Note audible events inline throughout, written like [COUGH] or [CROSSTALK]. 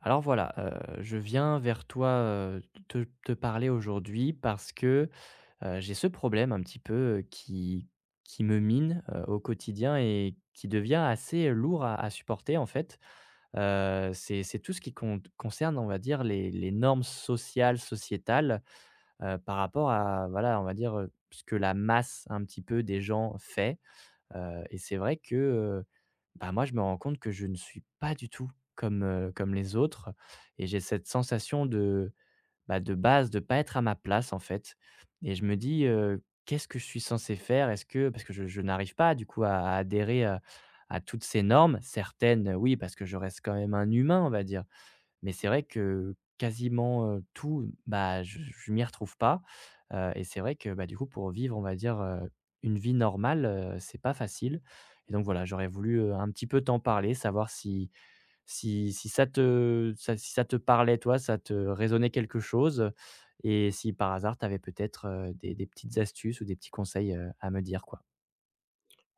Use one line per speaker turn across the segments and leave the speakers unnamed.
Je viens vers toi, te parler aujourd'hui parce que j'ai ce problème un petit peu, qui me mine, au quotidien et qui devient assez lourd à supporter en fait. C'est tout ce qui concerne, on va dire, les normes sociales, sociétales, par rapport à voilà, on va dire, ce que la masse un petit peu des gens fait. Et c'est vrai que, moi, je me rends compte que je ne suis pas du tout comme comme les autres et j'ai cette sensation de, bah, de base, de pas être à ma place, en fait et je me dis, «Qu'est-ce que je suis censé faire?» Est-ce que parce que je n'arrive pas, du coup, à adhérer à toutes ces normes. Certaines, oui, parce que je reste quand même un humain, on va dire, mais c'est vrai que quasiment, tout, bah, je m'y retrouve pas, et c'est vrai que, bah, du coup, pour vivre, on va dire, une vie normale, c'est pas facile et donc voilà, j'aurais voulu, un petit peu t'en parler, savoir si si si ça te ça si ça te parlait, toi, ça te résonnait quelque chose, et si par hasard, tu avais peut-être, des petites astuces ou des petits conseils, à me dire, quoi.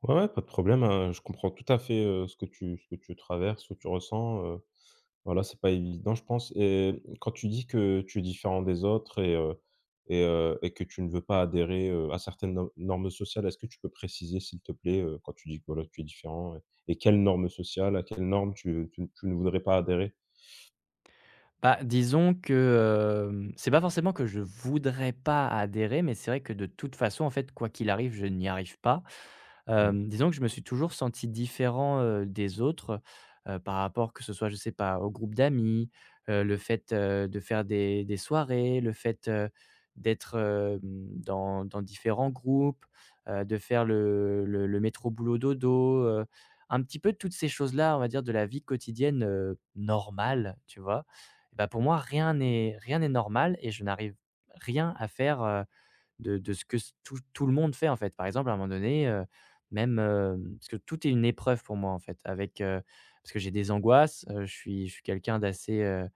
Ouais, ouais, pas de problème, hein, je comprends tout à fait, ce que tu traverses, ce que tu ressens, voilà, c'est pas évident, je pense et mmh, quand tu dis que tu es différent des autres et que tu ne veux pas adhérer, à certaines no normes sociales, est-ce que tu peux préciser, s'il te plaît, quand tu dis que, voilà, tu es différent et quelles normes sociales, à quelles normes tu ne voudrais pas adhérer?
Bah, disons que, c'est pas forcément que je voudrais pas adhérer, mais c'est vrai que de toute façon, en fait, quoi qu'il arrive, je n'y arrive pas.
Oui.
Disons que je me suis toujours senti différent, des autres, par rapport que ce soit, je sais pas, au groupe d'amis, le fait, de faire des soirées, le fait, d'être, dans différents groupes, de faire le métro boulot dodo, un petit peu toutes ces choses-là, on va dire, de la vie quotidienne, normale, tu vois? Et bah, pour moi, rien n'est normal et je n'arrive rien à faire, de ce que s tout le monde fait, en fait. Par exemple, à un moment donné, même, parce que tout est une épreuve pour moi, en fait, parce que j'ai des angoisses, je suis quelqu'un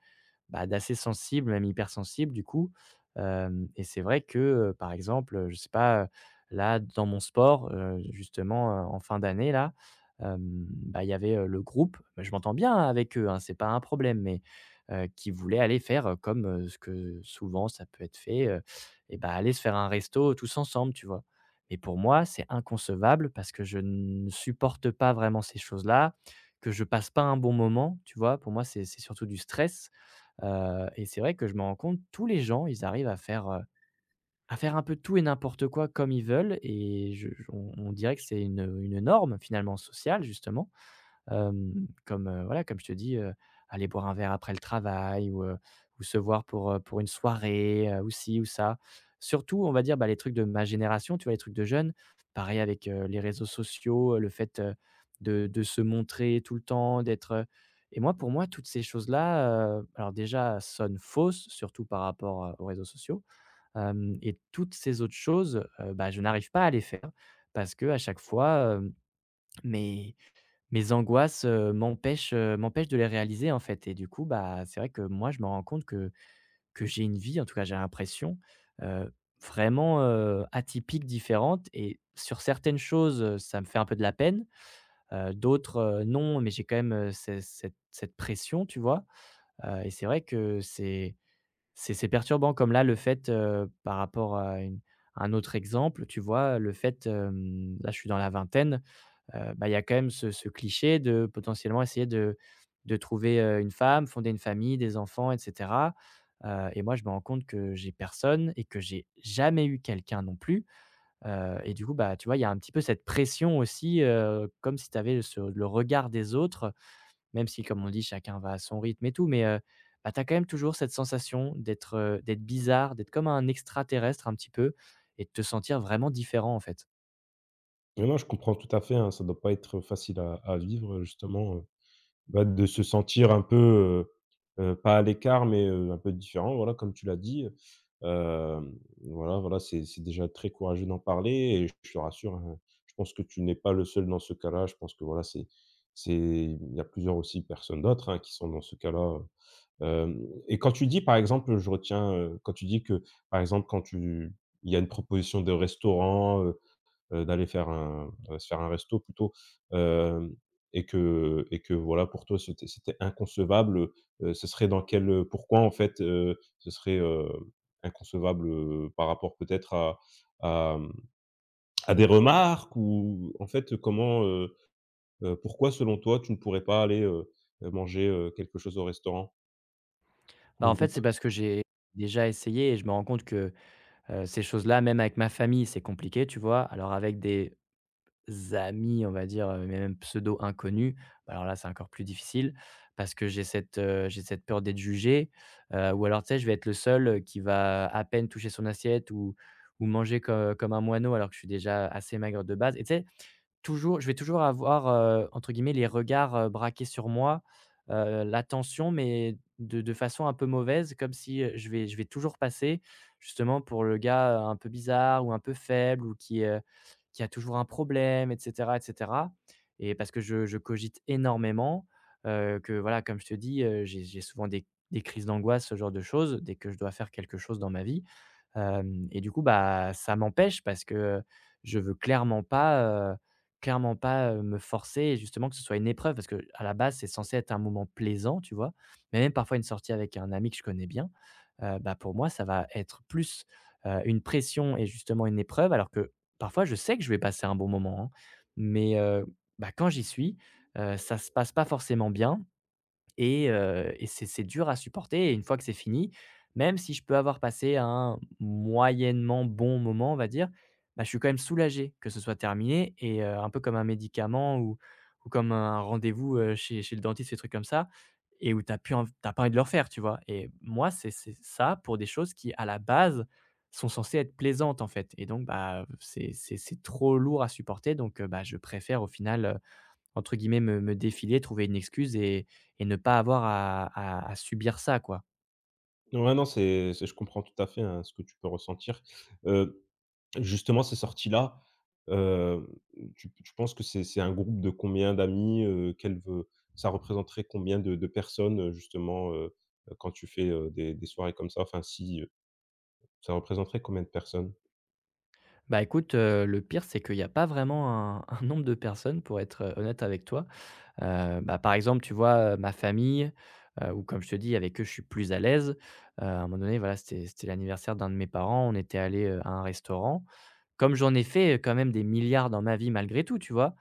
bah, d'assez sensible, même hypersensible du coup. Hem et c'est vrai que, par exemple, je sais pas, là dans mon sport, justement, en fin d'année là, bah, il y avait, le groupe, bah, je m'entends bien avec eux, hein, c'est pas un problème mais qui voulaient aller faire, comme ce que souvent ça peut être fait, et bah, aller se faire un resto tous ensemble, tu vois? Et pour moi, c'est inconcevable parce que je ne supporte pas vraiment ces choses-là, que je passe pas un bon moment, tu vois? Pour moi, c'est surtout du stress. Et c'est vrai que je me rends compte, tous les gens, ils arrivent à faire un peu tout et n'importe quoi comme ils veulent et je on dirait que c'est une norme finalement sociale justement. Voilà, comme je te dis, aller boire un verre après le travail ou se voir pour une soirée, ou ci ou ça. Surtout, on va dire, bah, les trucs de ma génération, tu vois? Les trucs de jeunes. Pareil avec, les réseaux sociaux, le fait, de se montrer tout le temps, d'être, et moi, pour moi, toutes ces choses-là, alors déjà, sonnent fausses, surtout par rapport, aux réseaux sociaux. Hem et toutes ces autres choses, bah, je n'arrive pas à les faire parce que à chaque fois, mes mes angoisses, m'empêchent de les réaliser, en fait et du coup, bah, c'est vrai que moi, je me rends compte que j'ai une vie, en tout cas, j'ai l'impression, heu, vraiment, atypique, différente et sur certaines choses, ça me fait un peu de la peine, d'autres, non, mais j'ai quand même, ce cette pression, tu vois? Et c'est vrai que c'est perturbant comme là, le fait, par rapport à une un autre exemple, tu vois? Le fait, là, je suis dans la vingtaine, bah, il y a quand même ce cliché de potentiellement essayer de trouver, une femme, fonder une famille, des enfants et cetera, et moi je me rends compte que j'ai personne et que j'ai jamais eu quelqu'un non plus, et du coup, bah, tu vois, il y a un petit peu cette pression aussi, comme si tu avais le regard des autres, même si comme on dit chacun va à son rythme et tout, mais bah, tu as quand même toujours cette sensation d'être, d'être bizarre, d'être comme un extraterrestre un petit peu et de te sentir vraiment différent, en fait.
Non, non, je comprends tout à fait, hein, ça doit pas être facile à vivre, justement. Bah, de se sentir un peu, pas à l'écart, mais un peu différent, voilà, comme tu l'as dit. Hem, voilà, voilà, c'est déjà très courageux d'en parler et je te rassure, hein, je pense que tu n'es pas le seul dans ce cas-là. Je pense que, voilà, c'est il y a plusieurs aussi personnes d'autres, hein, qui sont dans ce cas-là. Hem, et quand tu dis, par exemple, je retiens, quand tu dis que, par exemple, quand tu il y a une proposition de restaurant, d'aller faire un, se faire un resto plutôt, hem, et que voilà, pour toi c'était inconcevable, ce serait dans quel, pourquoi en fait, ce serait, inconcevable, par rapport peut-être à, mmh, à des remarques, ou en fait, comment, pourquoi selon toi tu ne pourrais pas aller, manger, quelque chose au restaurant
Bah,
en
en fait,
groupe?
c'est parce que j'ai déjà essayé et je me rends compte que, ces choses-là, même avec ma famille, c'est compliqué, tu vois? Alors avec des amis, on va dire, mais même pseudo inconnus, bah, alors là, c'est encore plus difficile parce que j'ai j'ai cette peur d'être jugé, ou alors, tu sais, je vais être le seul, qui va à peine toucher son assiette ou manger co comme un moineau alors que je suis déjà assez maigre de base et tu sais. Toujours je vais toujours avoir, entre guillemets «les regards», braqués sur moi, l'attention, mais de façon un peu mauvaise, comme si, je vais toujours passer justement pour le gars, un peu bizarre ou un peu faible ou qui a toujours un problème et cetera et cetera et parce que je cogite énormément, que voilà, comme je te dis, j'ai souvent des crises d'angoisse, ce genre de choses, dès que je dois faire quelque chose dans ma vie, hem et du coup, bah, ça m'empêche parce que je veux clairement pas, clairement pas, me forcer et justement que ce soit une épreuve parce que à la base, c'est censé être un moment plaisant, tu vois? Mais même parfois une sortie avec un ami que je connais bien, bah, pour moi, ça va être plus, une pression et justement une épreuve alors que parfois je sais que je vais passer un bon moment, hein. Mais, bah, quand j'y suis, ça se passe pas forcément bien et c'est dur à supporter et une fois que c'est fini, même si je peux avoir passé un moyennement bon moment, on va dire, bah, je suis quand même soulagé que ce soit terminé et un peu comme un médicament ou comme un rendez-vous, chez le dentiste, ces trucs comme ça et où tu as plus env pas envie de le refaire, tu vois? Et moi, c'est ça pour des choses qui, à la base, sont censées être plaisantes, en fait et donc bah, c'est trop lourd à supporter donc bah, je préfère au final, entre guillemets, me «défiler», trouver une excuse et ne pas avoir à subir ça, quoi.
Ouais, non, c'est je comprends tout à fait, hein, ce que tu peux ressentir. heu Justement, ces sorties-là, heu, tu tu penses que c'est un groupe de combien d'amis, quel veut ça représenterait combien de personnes, justement, quand tu fais, des soirées comme ça? Enfin, si, ça représenterait combien de personnes?
Bah, écoute, le pire, c'est qu'il y a pas vraiment un [LAUGHS] un nombre de personnes, pour être, honnête avec toi. Bah, par exemple, tu vois, ma famille, où comme je te dis, avec eux, je suis plus à l'aise. À un moment donné, voilà, c'était l'anniversaire d'un de mes parents, on était allé à un restaurant. Comme j'en ai fait, quand même des milliards dans ma vie malgré tout, tu vois?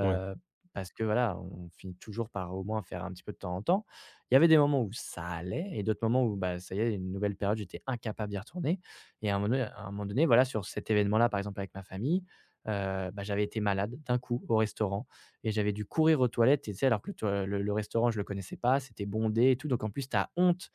Ouais.
Parce que voilà, on finit toujours par au moins faire un petit peu de temps en temps. Il y avait des moments où ça allait et d'autres moments où, bah, ça y est, une nouvelle période, j'étais incapable d'y retourner. Et à un moment donné, voilà, sur cet événement-là, par exemple avec ma famille, bah, j'avais été malade d'un coup au restaurant et j'avais dû courir aux toilettes. Et tu sais, alors que le restaurant, je le connaissais pas, c'était bondé et tout, donc en plus, tu as honte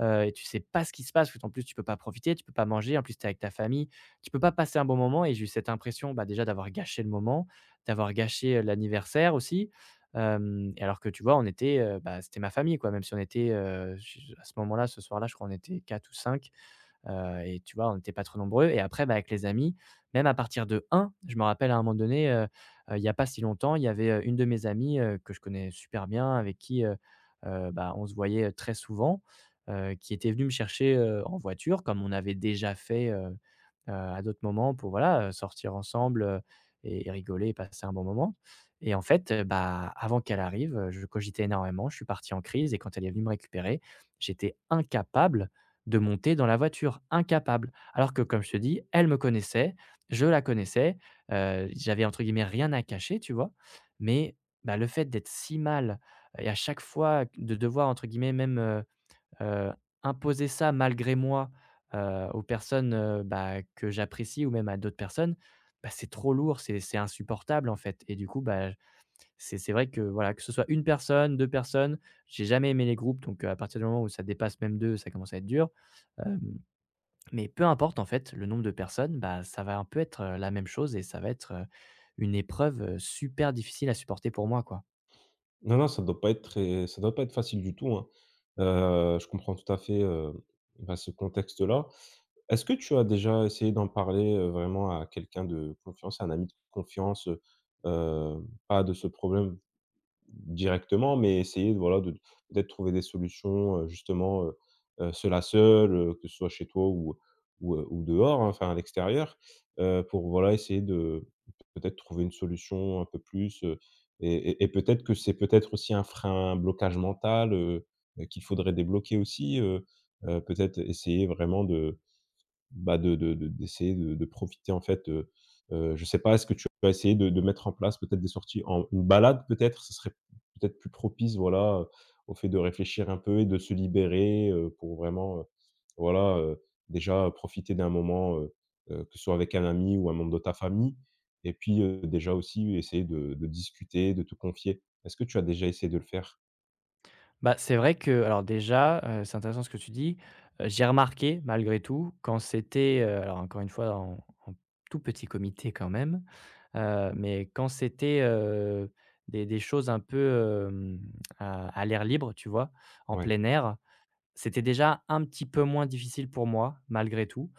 et tu sais pas ce qui se passe, parce qu'en plus tu peux pas profiter, tu peux pas manger, en plus tu es avec ta famille, tu peux pas passer un bon moment. Et j'ai eu cette impression, bah, déjà d'avoir gâché le moment, d'avoir gâché, l'anniversaire aussi, hem et alors que tu vois, on était, bah, c'était ma famille quoi, même si on était, j à ce moment-là, ce soir-là, je crois on était 4 ou cinq. Et tu vois, on n'était pas trop nombreux. Et après, bah, avec les amis, même à partir de un, je me rappelle à un moment donné, il y a pas si longtemps, il y avait, une de mes amies, que je connais super bien, avec qui, bah, on se voyait très souvent, qui était venue me chercher, en voiture comme on avait déjà fait, à d'autres moments pour voilà, sortir ensemble, et rigoler et passer un bon moment. Et en fait, bah, avant qu'elle arrive, je cogitais énormément, je suis parti en crise. Et quand elle est venue me récupérer, j'étais incapable de monter dans la voiture, incapable. Alors que comme je te dis, elle me connaissait, je la connaissais, j'avais entre guillemets «rien à cacher», tu vois? Mais, bah, le fait d'être si mal et à chaque fois de devoir entre guillemets même, heu, imposer ça malgré moi, aux personnes, bah, que j'apprécie ou même à d'autres personnes, bah, c'est trop lourd, c'est insupportable en fait. Et du coup, bah, c'est vrai que, voilà, que ce soit une personne, 2 personnes, j'ai jamais aimé les groupes, donc à partir du moment où ça dépasse même 2, ça commence à être dur. Hem, mais peu importe, en fait, le nombre de personnes, bah, ça va un peu être, la même chose et ça va être, une épreuve, super difficile à supporter pour moi, quoi.
Non, non, ça doit pas être très ça doit pas être facile du tout, hein. Je comprends tout à fait, bah, ce contexte-là. Est-ce que tu as déjà essayé d'en parler, vraiment à quelqu'un de confiance, à un ami de confiance, pas de ce problème directement, mais essayer de voilà, de peut-être trouver des solutions, justement, seule à seule, que ce soit chez toi ou dehors, hein, enfin à l'extérieur, pour voilà, essayer de peut-être trouver une solution un peu plus, et peut-être que c'est peut-être aussi un frein, un blocage mental, qu'il faudrait débloquer aussi, peut-être essayer vraiment de bah, de d'essayer de profiter en fait, je sais pas, est-ce que tu vas essayer de mettre en place peut-être des sorties, en une balade peut-être? Ce serait peut-être plus propice, voilà, au fait de réfléchir un peu et de se libérer, pour vraiment, voilà, déjà, profiter d'un moment, que ce soit avec un ami ou un membre de ta famille et puis, déjà aussi essayer de discuter, de te confier. Est-ce que tu as déjà essayé de le faire?
Bah, c'est vrai que alors déjà, c'est intéressant ce que tu dis. J'ai remarqué malgré tout quand c'était, alors encore une fois en tout petit comité quand même, mais quand c'était, des choses un peu, hem, à l'air libre, tu vois? En
Ouais.
plein air, c'était déjà un petit peu moins difficile pour moi malgré tout.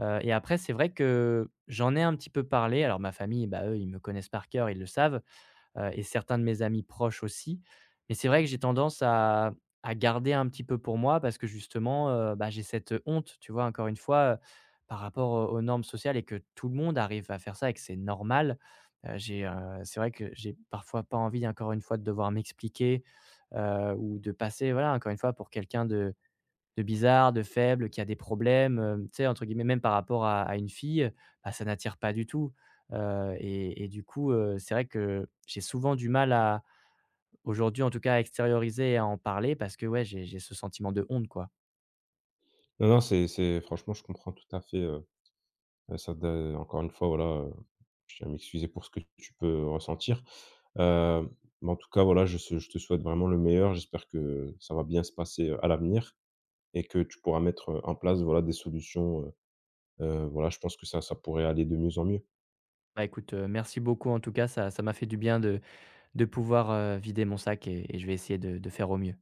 Et après c'est vrai que j'en ai un petit peu parlé, alors ma famille, bah, eux, ils me connaissent par cœur, ils le savent et certains de mes amis proches aussi. Mais c'est vrai que j'ai tendance à garder un petit peu pour moi parce que justement, bah, j'ai cette, honte, tu vois? Encore une fois, par rapport, aux normes sociales et que tout le monde arrive à faire ça et que c'est normal. Heu, j'ai, heu, c'est vrai que j'ai parfois pas envie encore une fois de devoir m'expliquer, ou de passer, voilà, encore une fois pour quelqu'un de bizarre, de faible, qui a des problèmes, tu sais, entre guillemets, même par rapport à une fille, bah, ça n'attire pas du tout, et du coup, c'est vrai que j'ai souvent du mal à aujourd'hui, en tout cas, à extérioriser et à en parler parce que, ouais, j'ai ce sentiment de honte, quoi.
Non, non, c'est franchement, je comprends tout à fait, ça de encore une fois, voilà, je tiens à m'excuser pour ce que tu peux ressentir. Hem, mais en tout cas, voilà, je te souhaite vraiment le meilleur. J'espère que ça va bien se passer, à l'avenir et que tu pourras mettre, en place, voilà, des solutions, voilà, je pense que ça pourrait aller de mieux en mieux.
Bah, écoute, merci beaucoup, en tout cas, ça m'a fait du bien de pouvoir, vider mon sac et je vais essayer de faire au mieux.